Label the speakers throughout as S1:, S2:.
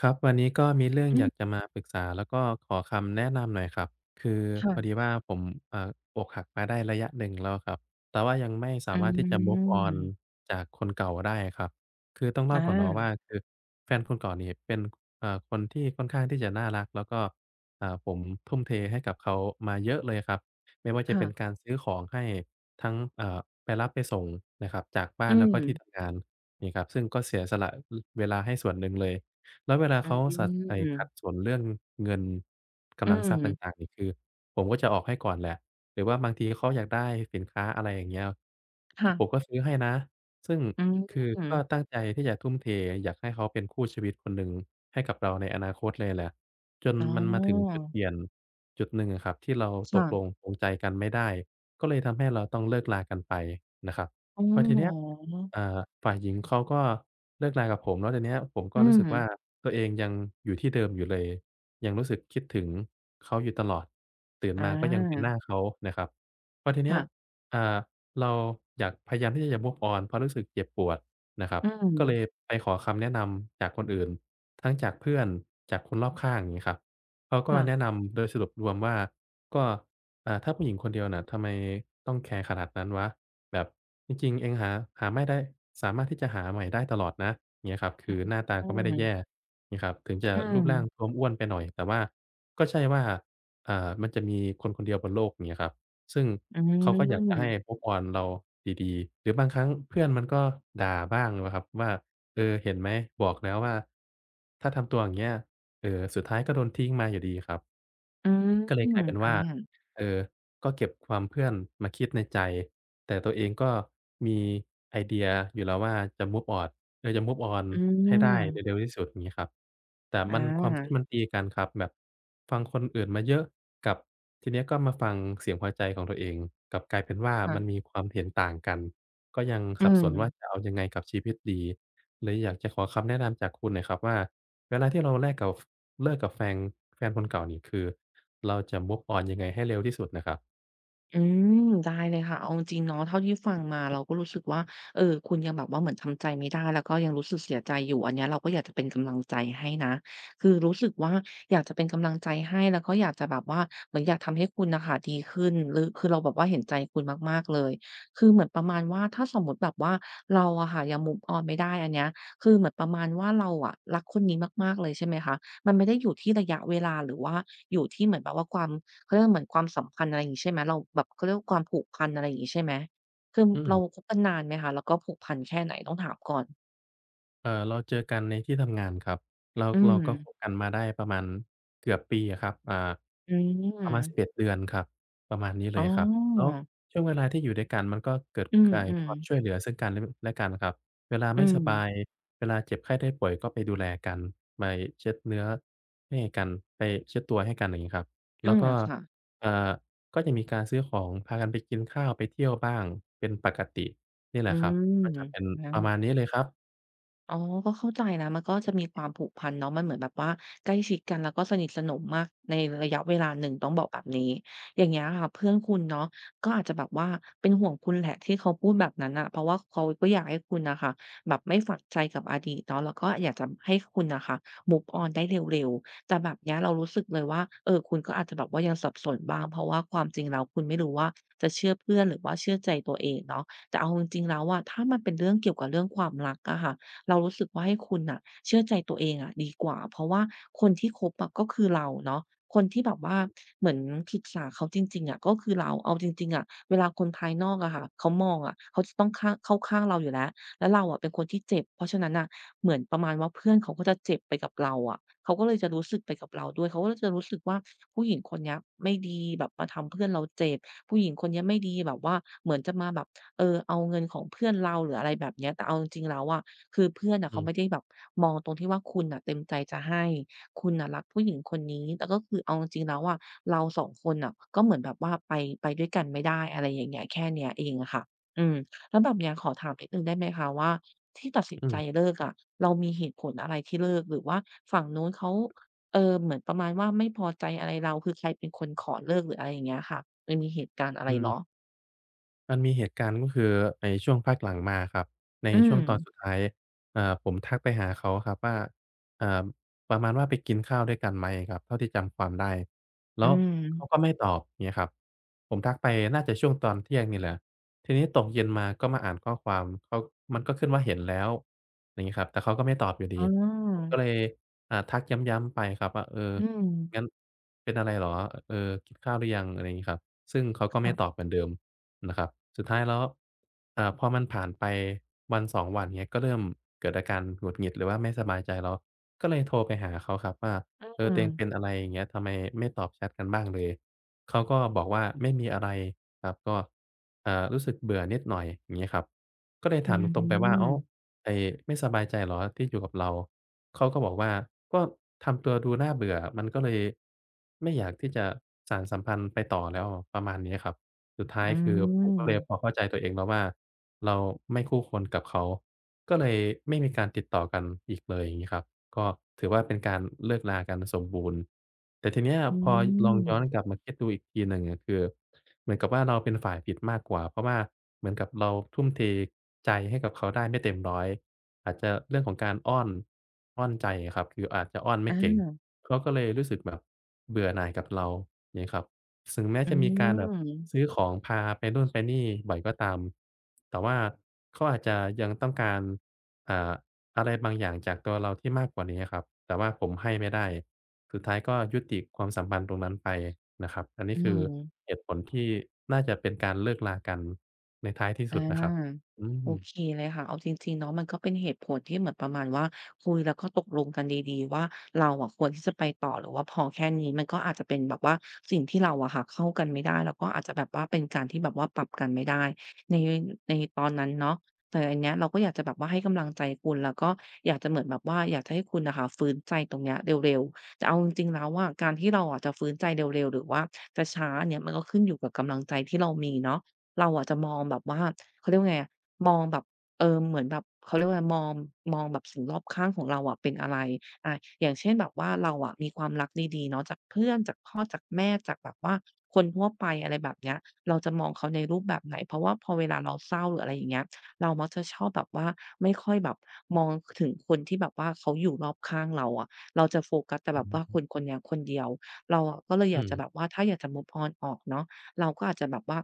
S1: ครับวันนี้ก็มีเรื่อง
S2: อื
S1: อ
S2: ม
S1: ยากจะมาปรึกษาแล้วก็ขอคำแนะนำหน่อยครับคือพอ
S2: ค่ะ
S1: ดีว่าผมอ่าอกหักมาได้ระยะหนึ่งแล้วครับแต่ว่ายังไม่สา
S2: อื
S1: มารถที่จะ move on
S2: ม
S1: จากคนเก่าได้ครับคือต้อง
S2: อ
S1: เล่าก่อนเนาะ
S2: า
S1: ว่าคือแฟนคนเก่านี่เป็นคนที่ค่อนข้างที่จะน่ารักแล้วก็ผมทุ่มเทให้กับเขามาเยอะเลยครับไม่ว่าจะเป็น
S2: ค่ะ
S1: การซื้อของให้ทั้งไปรับไปส่งนะครับจากบ้า
S2: อื
S1: นแล้วก็
S2: ม
S1: ที่ทำงานนี่ครับซึ่งก็เสียสละลเวลาให้ส่วนหนึ่งเลย แล้วเวลา
S2: อื
S1: เขาสัดไอ้
S2: ม
S1: ขัดสนเรื่องเงิน
S2: อื
S1: กำลังทรัพย์
S2: ม
S1: ต่างๆนี่คือผมก็จะออกให้ก่อนแหละหรือว่าบางทีเขาอยากได้สินค้าอะไรอย่างเงี้ยคผม
S2: ค่ะ
S1: ก็ซื้อให้นะซึ่ง
S2: อื
S1: คื
S2: ม
S1: อก็ตั้งใจที่จะทุ่มเทอยากให้เขาเป็นคู่ชีวิตคนหนึ่งให้กับเราในอนาคตเลยแหละจน
S2: อ๋อ
S1: มันมาถึงจุดเปลี่ยนจุดหนึ่งอะครับที่เราตกลง
S2: ค่ะ
S1: ปรงใจกันไม่ได้ก็เลยทำให้เราต้องเลิกรากันไปนะครับ
S2: อ๋อ
S1: พอทีเนี้ย
S2: เหรอ
S1: อ่าฝ่ายหญิงเขาก็เลิกรากับผมแล้วทีเนี้ยผมก็
S2: อื
S1: รู้สึ
S2: ม
S1: กว่าตัวเองยังอยู่ที่เดิมอยู่เลยยังรู้สึกคิดถึงเขาอยู่ตลอดตื่น
S2: อ
S1: มาก็ยังเป็นห
S2: า
S1: น้าเขานะครับพอทีเนี้ย
S2: ค่ะ
S1: อ่าเราอยากพยายามที่จะอย่า move on เพราะรู้สึกเจ็บปวดนะครับ
S2: อื
S1: ก็เลย
S2: ม
S1: ไปขอคำแนะนำจากคนอื่นทั้งจากเพื่อนจากคนรอบข้างอย่างงี้ครับเขาก็แนะ
S2: ค่ะ
S1: นำโดยสรุปรวมว่าก็ถ้าผู้หญิงคนเดียวน่ะทำไมต้องแคร์ขนาดนั้นวะ แบบจริงๆเองหาไม่ได้สามารถที่จะหาใหม่ได้ตลอดนะอย่างเงี้ยครับคือ
S2: อือ
S1: หน้าตาก็ไม่ได้แย่งี้ครับถึงจะ
S2: อืม
S1: รูปร่างท้วมอ้วนไปหน่อยแต่ว่าก็ใช่ว่ามันจะมีคนคนเดียวบนโลกอย่างเงี้ยครับซึ่ง
S2: อื
S1: เขาก็อยากจะ
S2: ม
S1: ให้ move on เราดีๆหรือบางครั้งเพื่อนมันก็ด่าบ้างนะครับว่าเออเห็นไหมบอกแล้วว่าถ้าทำตัวอย่างเงี้ยเอ่อสุดท้ายก็โดนทิ้งมาอยู่ดีครับ
S2: อืม
S1: ก็เล
S2: อื
S1: ยก
S2: ม
S1: ลายเป็น
S2: อา
S1: ว่าเอ่อ ก็เก็บความเพื่อนมาคิดในใจแต่ตัวเองก็มีไอเดียอยู่แล้วว่าจะ move on เออจะ move on
S2: อื
S1: ให้ได้ใน
S2: ม
S1: เร็วที่สุดอย่างงี้ครับแต่
S2: อ
S1: มันความคิด
S2: า
S1: มันตีกันครับแบบฟังคนอื่นมาเยอะกับทีเนี้ยก็มาฟังเสียงหัวใจของตัวเองกลับกลายเป็นว่า
S2: ค่ะ
S1: มันมีความเห็นต่างกันก็ยัง
S2: อื
S1: สับสนว่า
S2: ม
S1: จะเอายังไงกับชีวิตดีเลยอยากจะขอคำแนะนำจากคุณหน่อยครับว่าเวลาที่เราแลกกับเลิกกับแฟงแฟนคนเก่านี่คือเราจะ move on ยังไงให้เร็วที่สุดน่ะครับ
S2: อืมได้เลยค่ะเอาจริงๆเนาะเท่าที่ฟังมาเราก็รู้สึกว่าเออคุณยังแบบว่าเหมือนทำใจไม่ได้แล้วก็ยังรู้สึกเสียใจอยู่อันเนี้ยเราก็อยากจะเป็นกำลังใจให้นะคือรู้สึกว่าอยากจะเป็นกำลังใจให้แล้วก็อยากจะแบบว่าเหมือนอยากทำให้คุณนะคะดีขึ้นหรือคือเราแบบว่าเห็นใจคุณมากๆเลยคือเหมือนประมาณว่าถ้าสมมุติแบบว่าเราอะค่ะยัง move ออนไม่ได้อันเนี้ยคือเหมือนประมาณว่าเราอะรักคนนี้มากๆเลยใช่ไหมคะมันไม่ได้อยู่ที่ระยะเวลาหรือว่าอยู่ที่เหมือนแบบว่าความ เขาเรียกว่าเหมือนความสัมพันธ์อะไรอย่างงี้ใช่ไหมเราแบบเขาเรียกว่าความผูกพันอะไรอย่างงี้ใช่ไหมคือ
S1: อื
S2: เรา
S1: ม
S2: คบกันนานไหมคะแล้วก็ผูกพันแค่ไหนต้องถามก่อน
S1: เราเจอกันในที่ทำงานครับแล้ว
S2: อื
S1: เรา
S2: ม
S1: ก็คบกันมาได้ประมาณเกือบปีอะครับ
S2: อืม
S1: ประมาณ11 เดือนครับประมาณนี้เล
S2: อ๋
S1: ย
S2: อ
S1: ครับแล้วช่วงเวลาที่อยู่ด้วยกันมันก็เกิด
S2: อื
S1: ไอรค
S2: ม
S1: วามช่วยเห
S2: ๆ
S1: ลือซึ่งกันลและกันครับเวลา
S2: อื
S1: ไม่ส
S2: ม
S1: บายเวลาเจ็บไข้ได้ป่วยก็ไปดูแลกันไปเช็ดเนื้อให้กันไปเช็ดตัวให้กันอย่างงี้ครับ
S2: อื
S1: แล้ว
S2: ม
S1: ก็
S2: ค่ะ
S1: อ่าก็จะมีการซื้อของพากันไปกินข้าวไปเที่ยวบ้างเป็นปกตินี่แห
S2: อื
S1: ละครับก็
S2: มอ
S1: จะเป็น
S2: า
S1: ประมาณนี้เลยครับ
S2: อ๋อก็เข้าใจนะมันก็จะมีความผูกพันเนาะมันเหมือนแบบว่าใกล้ชิดกัน แล้วก็สนิทสนมมากในระยะเวลาหนึ่งต้องบอกแบบนี้อย่างเงี้ยค่ะเพื่อนคุณเนาะก็อาจจะแบบว่าเป็นห่วงคุณแหละที่เขาพูดแบบนั้นน่ะเพราะว่าเขาก็อยากให้คุณน่ะค่ะแบบไม่ฝังใจกับอดีตเนาะแล้วก็อยากจะให้คุณน่ะค่ะ move on ได้เร็วๆ แต่แบบเนี้ยเรารู้สึกเลยว่าเออคุณก็อาจจะแบบว่ายังสับสนบ้าง เพราะว่าความจริงแล้วคุณไม่รู้ว่าจะเชื่อเพื่อนหรือว่าเชื่อใจตัวเองเนาะแต่เอาจริงๆแล้วอะถ้ามันเป็นเรื่องเกี่ยวกับเรื่องความรักอะค่ะ เรารู้สึกว่าให้คุณน่ะเชื่อใจตัวเองอะดีกว่าเพราะว่าคนที่คบอะก็คือเราเนาะคนที่แบบว่าเหมือนปรึกษาเขาจริงๆอะก็คือเราเอาจริงๆอะเวลาคนภายนอกอะค่ะเขามองอะเขาจะต้องข้างเข้าข้างเราอยู่แล้วแล้วเราอะเป็นคนที่เจ็บเพราะฉะนั้นน่ะเหมือนประมาณว่าเพื่อนเขาก็จะเจ็บไปกับเราอะเขาก็เลยจะรู้สึกไปกับเราด้วยเขาก็จะรู้สึกว่าผู้หญิงคนเนี้ยไม่ดีแบบมาทำเพื่อนเราเจ็บผู้หญิงคนเนี้ยไม่ดีแบบว่าเหมือนจะมาแบบเอาเงินของเพื่อนเราหรืออะไรแบบเนี้ยแต่เอาจริงๆแล้วอะ คือเพื่อนน่ะ
S1: อื
S2: เขาไม่ได้
S1: ม
S2: แบบมองตรงที่ว่าคุณน่ะเต็มใจจะให้คุณน่ะรักผู้หญิงคนนี้แต่ก็คือเอาจริงๆแล้วอะเราสองคนน่ะก็เหมือนแบบว่าไปไปด้วยกันไม่ได้อะไรอย่างเงี้ยแค่เนี้ยเองอะค่ะอืมแล้วแบบเนี้ยขอถามนิดหนึ่งได้ไหมคะว่าที่ตัดสิน
S1: อื
S2: ใจ
S1: ม
S2: เลิกอะเรามีเหตุผลอะไรที่เลิกหรือว่าฝั่งนู้นเขาเหมือนประมาณว่าไม่พอใจอะไรเราคือใครเป็นคนขอเลิกหรืออะไรอย่างเงี้ยค่ะมันมีเหตุการณ์อะไร
S1: อื
S2: เหรอ
S1: ม มันมีเหตุการณ์ก็คือในช่วงพักหลังมาครับใน
S2: อื
S1: ช่ว
S2: ม
S1: งตอนสุดท้ายผมทักไปหาเขาครับว่าเอ่าประมาณว่าไปกินข้าวด้วยกันไหมครับเท่าที่จำความได้แล้
S2: อื
S1: ว
S2: ม
S1: เขาก็ไม่ตอบเงี้ยครับผมทักไปน่าจะช่วงตอนเที่ยงนี่แหละทีนี้ตกเย็นมาก็มาอ่านข้อความเขามันก็ขึ้นว่าเห็นแล้วอย่างงี้ครับแต่เขาก็ไม่ตอบอยู่ดี
S2: อ๋
S1: ผม
S2: อ
S1: ก็เลยทักย้ำๆไปครับว่าเออ
S2: อืม
S1: งั้นเป็นอะไรเหรอเออกินข้าวหรือยังอะไรงี้ครับซึ่งเขาก็ไม่ต
S2: ค่ะ
S1: อบเหมือนเดิม นะครับสุดท้ายแล้วพอมันผ่านไปวันสองวันเงี้ยก็เริ่มเกิดอาการหงุดหงิดหรือว่าไม่สบายใจแล้วก็เลยโทรไปหาเขาครับว่า
S2: อื
S1: เออตั
S2: ม
S1: วเองเป็นอะไรอย่างเงี้ยทำไมไม่ตอบแชตกันบ้างเลยเขาก็บอกว่าไม่มีอะไรครับก็รู้สึกเบื่อนิดหน่อยอย่างงี้ครับก็เลย
S2: อื
S1: ถามตรงๆไปว่าอ้า
S2: ม
S1: วไอ้ไม่สบายใจเหรอที่อยู่กับเราเขาก็บอกว่าก็ทำตัวดูน่าเบื่อมันก็เลยไม่อยากที่จะสานสัมพันธ์ไปต่อแล้วประมาณนี้ครับ สุดท้า
S2: อ
S1: ยคือผม
S2: า
S1: ก็เลยพอเข้าใจตัวเองแล้วว่าเราไม่คู่ควรกับเขาก็เลยไม่มีการติดต่อกันอีกเลยอย่างงี้ครับก็ถือว่าเป็นการเลิกรากันสมบูรณ์แต่ทีเนี้ย
S2: อื
S1: พอลองย้อนก
S2: ม
S1: ลับมาคิดดูอีกทีหนึ่งอะคือเหมือนกับว่าเราเป็นฝ่ายผิดมากกว่า เพราะว่าเหมือนกับเราทุ่มเทใจให้กับเขาได้ไม่เต็มร้อยอาจจะเรื่องของการอ้อนอ้อนใจอะครับคืออาจจะอ้อนไม่เก่ง
S2: อา
S1: เขาก็เลยรู้สึกแบบเบื่อหน่ายกับเราอย่างงี้ครับถึงแม้
S2: อื
S1: จะมีการแบบ
S2: ม
S1: ซื้อของพาไปนู่นไปนี่บ่อยก็ตามแต่ว่าเขาอาจจะยังต้องการอ่าอะไรบางอย่างจากตัวเราที่มากกว่านี้อะครับแต่ว่าผมให้ไม่ได้สุดท้ายก็ยุติความสัมพันธ์ตรงนั้นไปนะครับอันนี้
S2: อื
S1: คือ
S2: ม
S1: เหตุผลที่น่าจะเป็นการเลิกลากันในท้ายที่
S2: อ
S1: สุดนะครับ
S2: า
S1: อื
S2: โอเค
S1: ม
S2: เลยค่ะเอาจริงๆเนาะมันก็เป็นเหตุผลที่เหมือนประมาณว่าคุยแล้วก็ตกลงกันดีๆว่าเราอะควรที่จะไปต่อหรือว่าพอแค่นี้มันก็อาจจะเป็นแบบว่าสิ่งที่เราอะค่ะเข้ากันไม่ได้แล้วก็อาจจะแบบว่าเป็นการที่แบบว่าปรับกันไม่ได้ในในตอนนั้นเนาะแต่อันเนี้ยเราก็อยากจะแบบว่าให้กำลังใจคุณแล้วก็อยากจะเหมือนแบบว่าอยากจะให้คุณน่ะค่ะฟื้นใจตรงเนี้ยเร็วๆแต่เอาจริงๆแล้วอะการที่เราอะจะฟื้นใจเร็วๆหรือว่าจะช้าอันเนี้ยมันก็ขึ้นอยู่กับกำลังใจที่เรามีเนาะ เราอะจะมองแบบว่าเขาเรียกว่าไงอะมองแบบเหมือนแบบเขาเรียกว่าไรมองมองแบบสิ่งรอบข้างของเราอะเป็นอะไรอาอย่างเช่นแบบว่าเราอะมีความรักดีๆเนาะจากเพื่อนจากพ่อจากแม่จากแบบว่าคนทั่วไปอะไรแบบเนี้ยเราจะมองเขาในรูปแบบไหนเพราะว่าพอเวลาเราเศร้าหรืออะไรอย่างเงี้ยเรามักจะชอบแบบว่าไม่ค่อยแบบมองถึงคนที่แบบว่าเขาอยู่รอบข้างเราอะเราจะโฟกัสแต่
S1: อื
S2: แบ
S1: อ
S2: บ
S1: ฮ
S2: ว่าค
S1: ึ
S2: นคนเนี้ยคนเดียวเราอะก็เลยอยากจะแบบว่าถ้าอยากจะ move on ออกเนาะเราก็อาจจะแบบว่า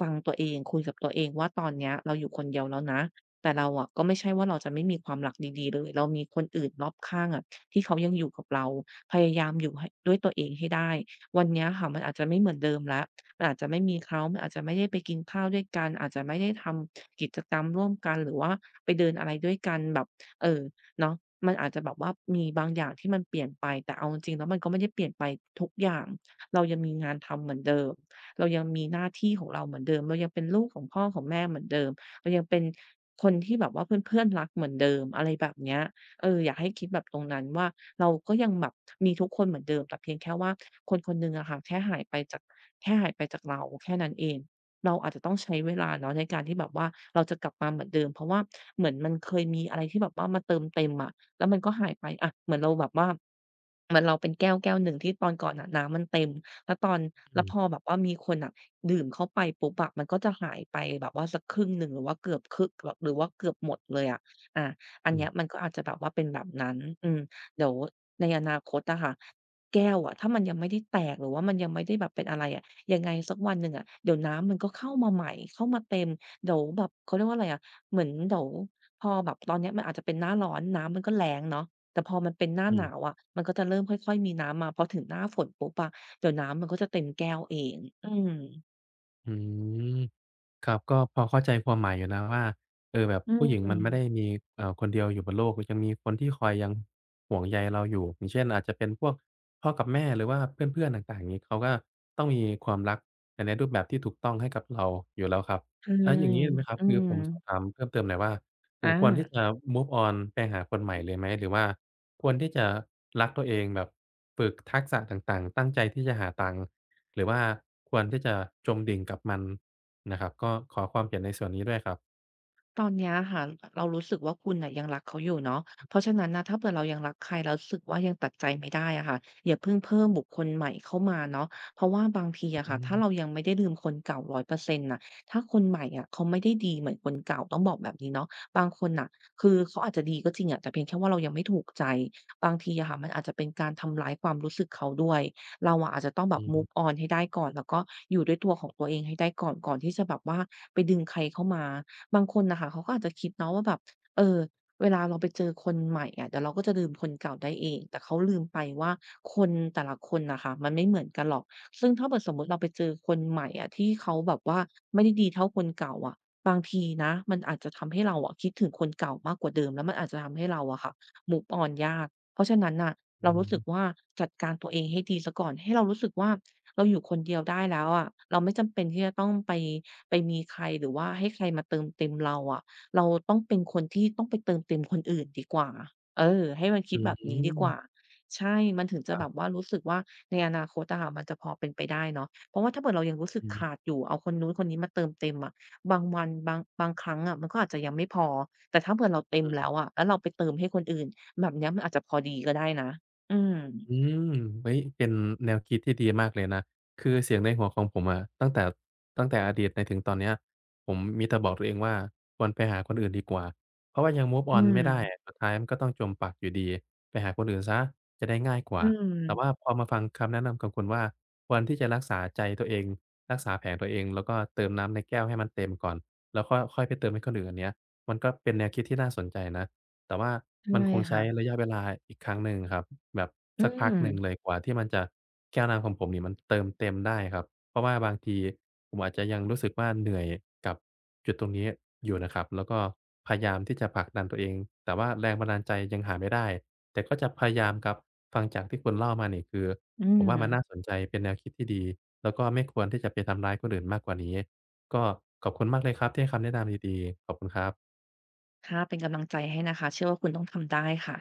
S2: ฟังตัวเองคุยกับตัวเองว่าตอนเนี้ยเราอยู่คนเดียวแล้วนะแต่เราอะก็ไม่ใช่ว่าเราจะไม่มีความรักดีๆเลยเรามีคนอื่นรอบข้างอะที่เขายังอยู่กับเราพยายามอยู่ให้ด้วยตัวเองให้ได้วันเนี้ยค่ะมันอาจจะไม่เหมือนเดิมแล้วมันอาจจะไม่มีเขามันอาจจะไม่ได้ไปกินข้าวด้วยกันอาจจะไม่ได้ทำกิจกรรมร่วมกันหรือว่าไปเดินอะไรด้วยกันแบบเอ่อเนาะมันอาจจะแบบว่ามีบางอย่างที่มันเปลี่ยนไปแต่เอาจริงๆแล้วมันก็ไม่ได้เปลี่ยนไปทุกอย่างเรายังมีงานทำเหมือนเดิม เรายังมีหน้าที่ของเราเหมือนเดิมเรายังเป็นลูกของพ่อของแม่เหมือนเดิมเรายังเป็นคนที่แบบว่าเพื่อนๆรักเหมือนเดิมอะไรแบบเนี้ยอยากให้คิดแบบตรงนั้นว่าเราก็ยังแบบมีทุกคนเหมือนเดิมแต่เพียงแค่ว่าคนคนหนึ่งอะค่ะแค่หายไปจากแค่หายไปจากเราแค่นั้นเองเราอาจจะต้องใช้เวลาเนาะในการที่แบบว่าเราจะกลับมาเหมือนเดิมเพราะว่าเหมือนมันเคยมีอะไรที่แบบว่ามาเติมเต็มอะแล้วมันก็หายไปอะเหมือนเราแบบว่าเหมือนเราเป็นแก้วแก้วหนึ่งที่ตอนก่อนน่ะน้ำมันเต็ม แล้วตอน
S1: อื
S2: แล้วพอ
S1: ม
S2: แบบว่ามีคนอ่ะดื่มเข้าไปปุ๊บอะมันก็จะหายไปแบบว่าสักครึ่งหนึ่งหรือว่าเกือบครึ่งหหรือว่าเกือบหมดเลยอะอาอัน
S1: อื
S2: เนี้
S1: ม
S2: ยมันก็อาจจะแบบว่าเป็นแบบนั้นอืมเดี๋ยวในอนาคตอะค่ะแก้วอะถ้ามันยังไม่ได้แตกหรือว่ามันยังไม่ได้แบบเป็นอะไรอะยังไงสักวันหนึ่งอะเดี๋ยวน้ำมันก็เข้ามาใหม่เข้ามาเต็มเดี๋ยวแบบเขาเรียกว่าอะไรอะเหมือนเดี๋ยวพอแบบตอนเนี้ยมันอาจจะเป็นหน้าร้อนน้ำมันก็แล้งเนาะแต่พอมันเป็นหน้า
S1: อื
S2: หนาว
S1: ม
S2: อะมันก็จะเริ่มค่อยๆมีน้ำมาพอถึงหน้าฝนปุ๊บอะ เดี๋ยวน้ำมันก็จะเต็มแก้วเองอืม
S1: อืมอืม ครับก็พอเข้าใจความหมายอยู่นะว่าเออแบบ
S2: อื
S1: ผู้หญิงมันไม่ได้
S2: ม
S1: มีคนเดียวอยู่บนโลกยังมีคนที่คอยยังห่วงใยเราอยู่อย่างเช่นอาจจะเป็นพวกพ่อกับแม่หรือว่าเพื่อนๆต่างๆอย่างงี้เขาก็ต้องมีความรักแต่ในรูปแบบที่ถูกต้องให้กับเราอยู่แล้วครับ
S2: ใช่
S1: แล้วอย่างงี้ได้ไหมครับ
S2: อื
S1: คือผ
S2: ม
S1: มสอบถามเพิ่มเติมหน่อยว่าผม
S2: อา
S1: ควรที่จะ move on ไปหาคนใหม่เลยไหมหรือว่าควรที่จะรักตัวเองแบบฝึกทักษะต่างๆตั้งใจที่จะหาตังค์ หรือว่าควรที่จะจมดิ่งกับมันนะครับก็ขอความเห็นในส่วนนี้ด้วยครับ
S2: ตอนเนี้ยค่ะเรารู้สึกว่าคุณน่ะยังรักเขาอยู่เนาะเพราะฉะนั้นนะถ้าเผื่อเรายังรักใครแล้วรู้สึกว่ายังตัดใจไม่ได้อะค่ะอย่าเพิ่งเพิ่มบุคคลใหม่เข้ามาเนาะเพราะว่าบางทีอะ
S1: อื
S2: ค่ะถ้าเรา
S1: ม
S2: ยังไม่ได้ลืมคนเก่า100%นต์น่ะถ้าคนใหม่อะเขาไม่ได้ดีเหมือนคนเก่าต้องบอกแบบนี้เนาะบางคนน่ะคือเขาอาจจะดีก็จริงอะแต่เพียงแค่ว่าเรายังไม่ถูกใจบางทีอะค่ะมันอาจจะเป็นการทำร้ายความรู้สึกเขาด้วย เราอะอาจจะต้องแบ
S1: อื
S2: บ
S1: ม
S2: move on ให้ได้ก่อนแล้วก็อยู่ด้วยตัวของตัวเองให้ได้ก่อนก่อนที่จะแบบว่าไปดึงใครเข้ามาบางคนน่ะค่ะเขาก็อาจจะคิดเนาะว่าแบบเออเวลาเราไปเจอคนใหม่อะเดี๋ยวเราก็จะลืมคนเก่าได้เองแต่เขาลืมไปว่าคนแต่ละคนน่ะค่ะมันไม่เหมือนกันหรอกซึ่งถ้าเกิดสมมุติเราไปเจอคนใหม่อะที่เขาแบบว่าไม่ได้ดีเท่าคนเก่าอะบางทีนะมันอาจจะทำให้เราอะคิดถึงคนเก่ามากกว่าเดิมแล้วมันอาจจะทำให้เราอะค่ะ move on ยากเพราะฉะนั้นน่ะ
S1: อื
S2: เรารู้
S1: ม
S2: สึกว่าจัดการตัวเองให้ดีเสียก่อนให้เรารู้สึกว่าเราอยู่คนเดียวได้แล้วอะเราไม่จำเป็นที่จะต้องไปไปมีใครหรือว่าให้ใครมาเติมเต็มเราอะเราต้องเป็นคนที่ต้องไปเติมเต็มคนอื่นดีกว่าให้มันคิด
S1: อื
S2: แบบนี้ดีกว่า
S1: ม
S2: ใช่มันถึงจะ
S1: ครั
S2: แบ
S1: บ
S2: บว่ารู้สึกว่าในอนาคตอะค่ะมันจะพอเป็นไปได้เนาะเพราะว่าถ้าเกิดเรายังรู้สึกขาดอยู่เอาคนนู้นคนนี้มาเติมเต็มอะบางวันบางบางครั้งอะมันก็อาจจะยังไม่พอแต่ถ้าเผื่อเราเต็ม
S1: อืม
S2: แล้วอะแล้วเราไปเติมให้คนอื่นแบบเนี้ยมันอาจจะพอดีก็ได้นะ อืม
S1: อืมเฮ้ยเป็นแนวคิดที่ดีมากเลยนะคือเสียงในหัวของผมอะตั้งแต่ตั้งแต่อดีตในถึงตอนเนี้ยผมมีแต่บอกตัวเองว่าควรไปหาคนอื่นดีกว่าเพราะว่ายัง move
S2: อื
S1: on
S2: ม
S1: ไม่ได้อะสุดท้ายมันก็ต้องจมปลักอยู่ดีไปหาคนอื่นเสียจะได้ง่ายก
S2: อื
S1: ว่า
S2: ม
S1: แต่ว่าพอมาฟังคำแนะนำของคุณว่าควรที่จะรักษาใจตัวเองรักษาแผลตัวเองแล้วก็เติมน้ำในแก้วให้มันเต็มก่อนแล้วค่อยค่อยไปเติมให้คนอื่นอันเนี้ยมันก็เป็นแนวคิดที่น่าสนใจนะ แต่ว่า
S2: ใช่
S1: มันคงใช้
S2: ค่ะ
S1: ระยะเวลาอีกครั้งหนึ่งครับแบบ
S2: อื
S1: สักพัก
S2: ม
S1: หนึ่งเลยกว่าที่มันจะแก้วน้ำของผมเนี่ยมันเติมเต็มได้ครับเพราะว่าบางทีผมอาจจะยังรู้สึกว่าเหนื่อยกับจุดตรงนี้อยู่นะครับแล้วก็พยายามที่จะผลักดันตัวเองแต่ว่าแรงบันดาลใจยังหาไม่ได้แต่ก็จะพยายามครับฟังจากที่คุณเล่ามานี่คือ
S2: อื
S1: ผม
S2: ม
S1: ว่ามันน่าสนใจเป็นแนวคิดที่ดีแล้วก็ไม่ควรที่จะไปทำร้ายคนอื่นมากกว่านี้ก็ขอบคุณมากเลยครับที่ให้คำแนะนำดีๆขอบคุณครับ
S2: ค่ะเป็นกำลังใจให้นะคะ เชื่อว่าคุณต้องทำได้ค่ะ